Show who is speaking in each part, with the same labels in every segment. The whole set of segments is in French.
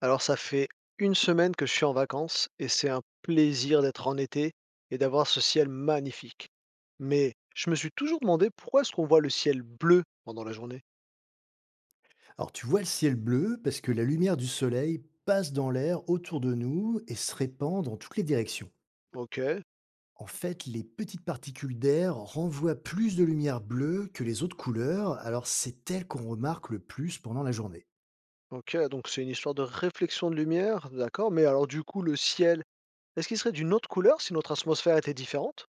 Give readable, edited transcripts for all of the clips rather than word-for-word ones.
Speaker 1: Alors ça fait une semaine que je suis en vacances et c'est un plaisir d'être en été et d'avoir ce ciel magnifique. Mais je me suis toujours demandé pourquoi est-ce qu'on voit le ciel bleu pendant la journée?
Speaker 2: Alors tu vois le ciel bleu parce que la lumière du soleil passe dans l'air autour de nous et se répand dans toutes les directions.
Speaker 1: OK.
Speaker 2: En fait, les petites particules d'air renvoient plus de lumière bleue que les autres couleurs, alors c'est elle qu'on remarque le plus pendant la journée.
Speaker 1: OK, donc c'est une histoire de réflexion de lumière, d'accord, mais alors du coup le ciel, est-ce qu'il serait d'une autre couleur si notre atmosphère était différente?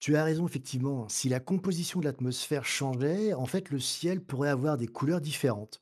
Speaker 2: Tu as raison, effectivement, hein. Si la composition de l'atmosphère changeait, en fait le ciel pourrait avoir des couleurs différentes.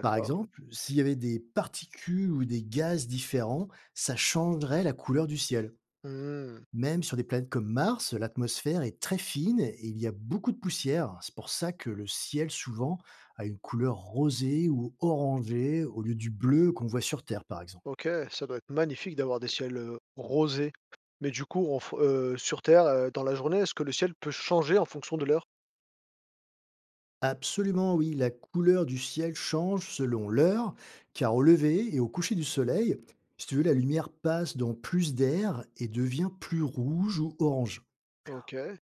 Speaker 2: Par exemple, s'il y avait des particules ou des gaz différents, ça changerait la couleur du ciel.
Speaker 1: Mmh.
Speaker 2: Même sur des planètes comme Mars, l'atmosphère est très fine et il y a beaucoup de poussière. C'est pour ça que le ciel souvent a une couleur rosée ou orangée au lieu du bleu qu'on voit sur Terre, par exemple.
Speaker 1: OK, ça doit être magnifique d'avoir des ciels, rosés. Mais du coup, en f sur Terre, dans la journée, est-ce que le ciel peut changer en fonction de l'heure?
Speaker 2: Absolument, oui, la couleur du ciel change selon l'heure, car au lever et au coucher du soleil, si tu veux, la lumière passe dans plus d'air et devient plus rouge ou orange.
Speaker 1: OK.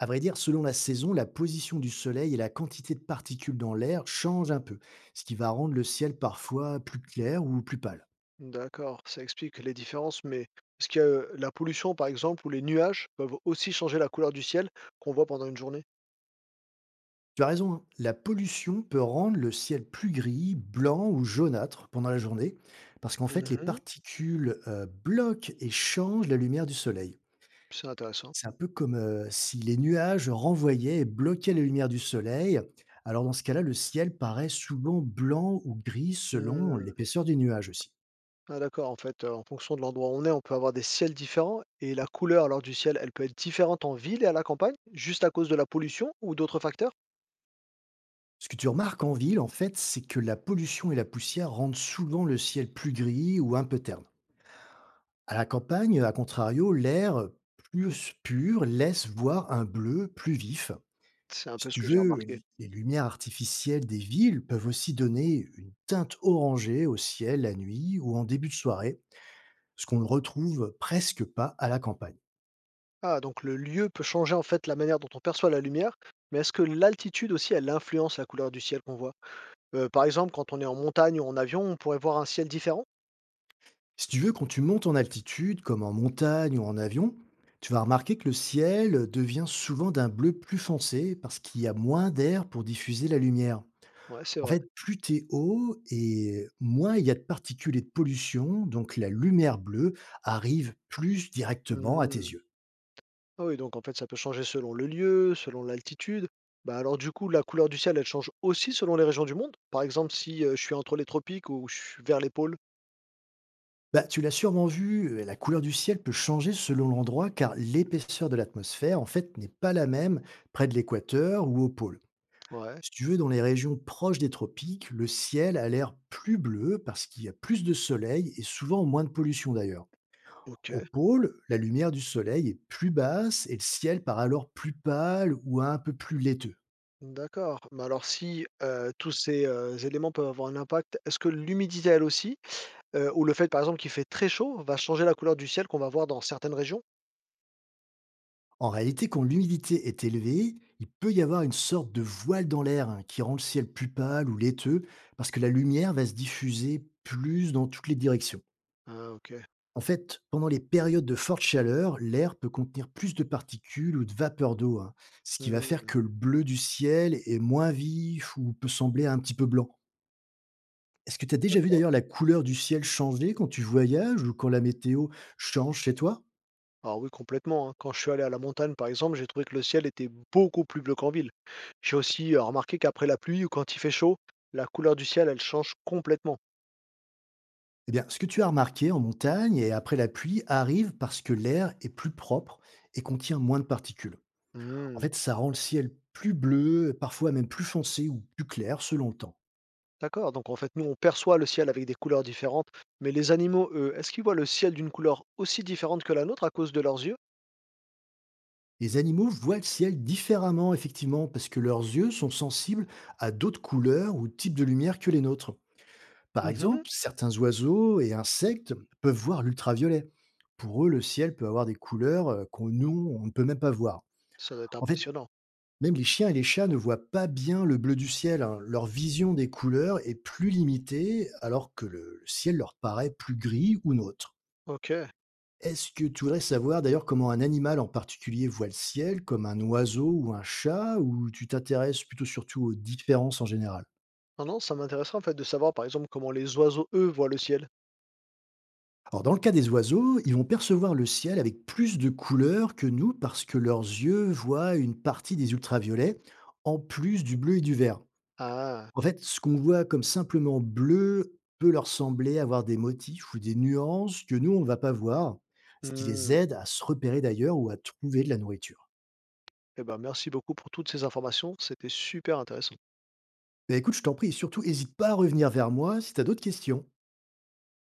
Speaker 2: À vrai dire, selon la saison, la position du soleil et la quantité de particules dans l'air changent un peu, ce qui va rendre le ciel parfois plus clair ou plus pâle.
Speaker 1: D'accord, ça explique les différences, mais est-ce qu'il que la pollution, par exemple, ou les nuages peuvent aussi changer la couleur du ciel qu'on voit pendant une journée?
Speaker 2: Tu as raison, hein, la pollution peut rendre le ciel plus gris, blanc ou jaunâtre pendant la journée, parce qu'en fait, les
Speaker 1: Mhm,
Speaker 2: particules bloquent et changent la lumière du soleil.
Speaker 1: c'est intéressant.
Speaker 2: C'est un peu comme si les nuages renvoyaient et bloquaient la lumière du soleil. Alors dans ce cas-là, le ciel paraît souvent blanc ou gris selon
Speaker 1: Hmm.
Speaker 2: l'épaisseur du nuage aussi.
Speaker 1: Ah, d'accord, en fait, en fonction de l'endroit où on est, on peut avoir des ciels différents et la couleur alors du ciel, elle peut être différente en ville et à la campagne, juste à cause de la pollution ou d'autres facteurs?
Speaker 2: Ce que tu remarques en ville, en fait, c'est que la pollution et la poussière rendent souvent le ciel plus gris ou un peu terne. À la campagne, à contrario, l'air plus pur laisse voir un bleu plus vif.
Speaker 1: C'est un
Speaker 2: Si
Speaker 1: peu ce
Speaker 2: tu
Speaker 1: que j'ai
Speaker 2: veux,
Speaker 1: remarqué.
Speaker 2: les lumières artificielles des villes peuvent aussi donner une teinte orangée au ciel la nuit ou en début de soirée, ce qu'on ne retrouve presque pas à la campagne.
Speaker 1: Ah, donc le lieu peut changer en fait la manière dont on perçoit la lumière, mais est-ce que l'altitude aussi, elle influence la couleur du ciel qu'on voit? Par exemple, quand on est en montagne ou en avion, on pourrait voir un ciel différent?
Speaker 2: Si tu veux, quand tu montes en altitude, comme en montagne ou en avion, tu vas remarquer que le ciel devient souvent d'un bleu plus foncé parce qu'il y a moins d'air pour diffuser la lumière.
Speaker 1: Ouais, c'est
Speaker 2: En
Speaker 1: vrai.
Speaker 2: fait, plus tu es haut et moins il y a de particules et de pollution, donc la lumière bleue arrive plus directement à tes
Speaker 1: Mmh.
Speaker 2: yeux.
Speaker 1: Ah oui, donc en fait, ça peut changer selon le lieu, selon l'altitude. Bah alors du coup, la couleur du ciel, elle change aussi selon les régions du monde? Par exemple, si je suis entre les tropiques ou je suis vers les pôles.
Speaker 2: Bah, tu l'as sûrement vu, la couleur du ciel peut changer selon l'endroit car l'épaisseur de l'atmosphère, en fait, n'est pas la même près de l'équateur ou au pôle.
Speaker 1: Ouais,
Speaker 2: Si tu veux, dans les régions proches des tropiques, le ciel a l'air plus bleu parce qu'il y a plus de soleil et souvent moins de pollution d'ailleurs.
Speaker 1: ok,
Speaker 2: Au pôle, la lumière du soleil est plus basse et le ciel part alors plus pâle ou un peu plus laiteux.
Speaker 1: d'accord. Mais alors si tous ces éléments peuvent avoir un impact, est-ce que l'humidité, elle aussi, ou le fait, par exemple, qu'il fait très chaud, va changer la couleur du ciel qu'on va voir dans certaines régions?
Speaker 2: En réalité, quand l'humidité est élevée, il peut y avoir une sorte de voile dans l'air, hein, qui rend le ciel plus pâle ou laiteux parce que la lumière va se diffuser plus dans toutes les directions.
Speaker 1: Ah, ok.
Speaker 2: En fait, pendant les périodes de forte chaleur, l'air peut contenir plus de particules ou de vapeur d'eau, hein, ce qui va faire
Speaker 1: Mmh.
Speaker 2: que le bleu du ciel est moins vif ou peut sembler un petit peu blanc. Est-ce que tu as déjà vu d'ailleurs la couleur du ciel changer quand tu voyages ou quand la météo change chez toi?
Speaker 1: Ah oui, complètement, hein. Quand je suis allé à la montagne, par exemple, j'ai trouvé que le ciel était beaucoup plus bleu qu'en ville. J'ai aussi remarqué qu'après la pluie ou quand il fait chaud, la couleur du ciel, elle change complètement.
Speaker 2: Eh bien, ce que tu as remarqué en montagne et après la pluie arrive parce que l'air est plus propre et contient moins de particules. En
Speaker 1: Hmm,
Speaker 2: fait, ça rend le ciel plus bleu, parfois même plus foncé ou plus clair selon le temps.
Speaker 1: d'accord, donc en fait, nous, on perçoit le ciel avec des couleurs différentes, mais les animaux, eux, est-ce qu'ils voient le ciel d'une couleur aussi différente que la nôtre à cause de leurs yeux?
Speaker 2: Les animaux voient le ciel différemment, effectivement, parce que leurs yeux sont sensibles à d'autres couleurs ou types de lumière que les nôtres. Par
Speaker 1: Mhm.
Speaker 2: exemple, certains oiseaux et insectes peuvent voir l'ultraviolet. Pour eux, le ciel peut avoir des couleurs qu'on nous, on ne peut même pas voir.
Speaker 1: Ça doit être
Speaker 2: En fait,
Speaker 1: impressionnant.
Speaker 2: même les chiens et les chats ne voient pas bien le bleu du ciel, hein. Leur vision des couleurs est plus limitée, alors que le ciel leur paraît plus gris ou nôtre.
Speaker 1: Ok.
Speaker 2: Est-ce que tu voudrais savoir d'ailleurs comment un animal en particulier voit le ciel, comme un oiseau ou un chat, ou tu t'intéresses plutôt surtout aux différences en général?
Speaker 1: Non, non, ça m'intéresserait en fait de savoir, par exemple, comment les oiseaux, eux, voient le ciel.
Speaker 2: Alors dans le cas des oiseaux, ils vont percevoir le ciel avec plus de couleurs que nous parce que leurs yeux voient une partie des ultraviolets en plus du bleu et du vert.
Speaker 1: Ah.
Speaker 2: En fait, ce qu'on voit comme simplement bleu peut leur sembler avoir des motifs ou des nuances que nous, on ne va pas voir, ce qui les
Speaker 1: Hmm.
Speaker 2: aide à se repérer d'ailleurs ou à trouver de la nourriture.
Speaker 1: Eh ben, merci beaucoup pour toutes ces informations, c'était super intéressant.
Speaker 2: Bah, écoute, je t'en prie, et surtout hésite pas à revenir vers moi si tu as d'autres questions.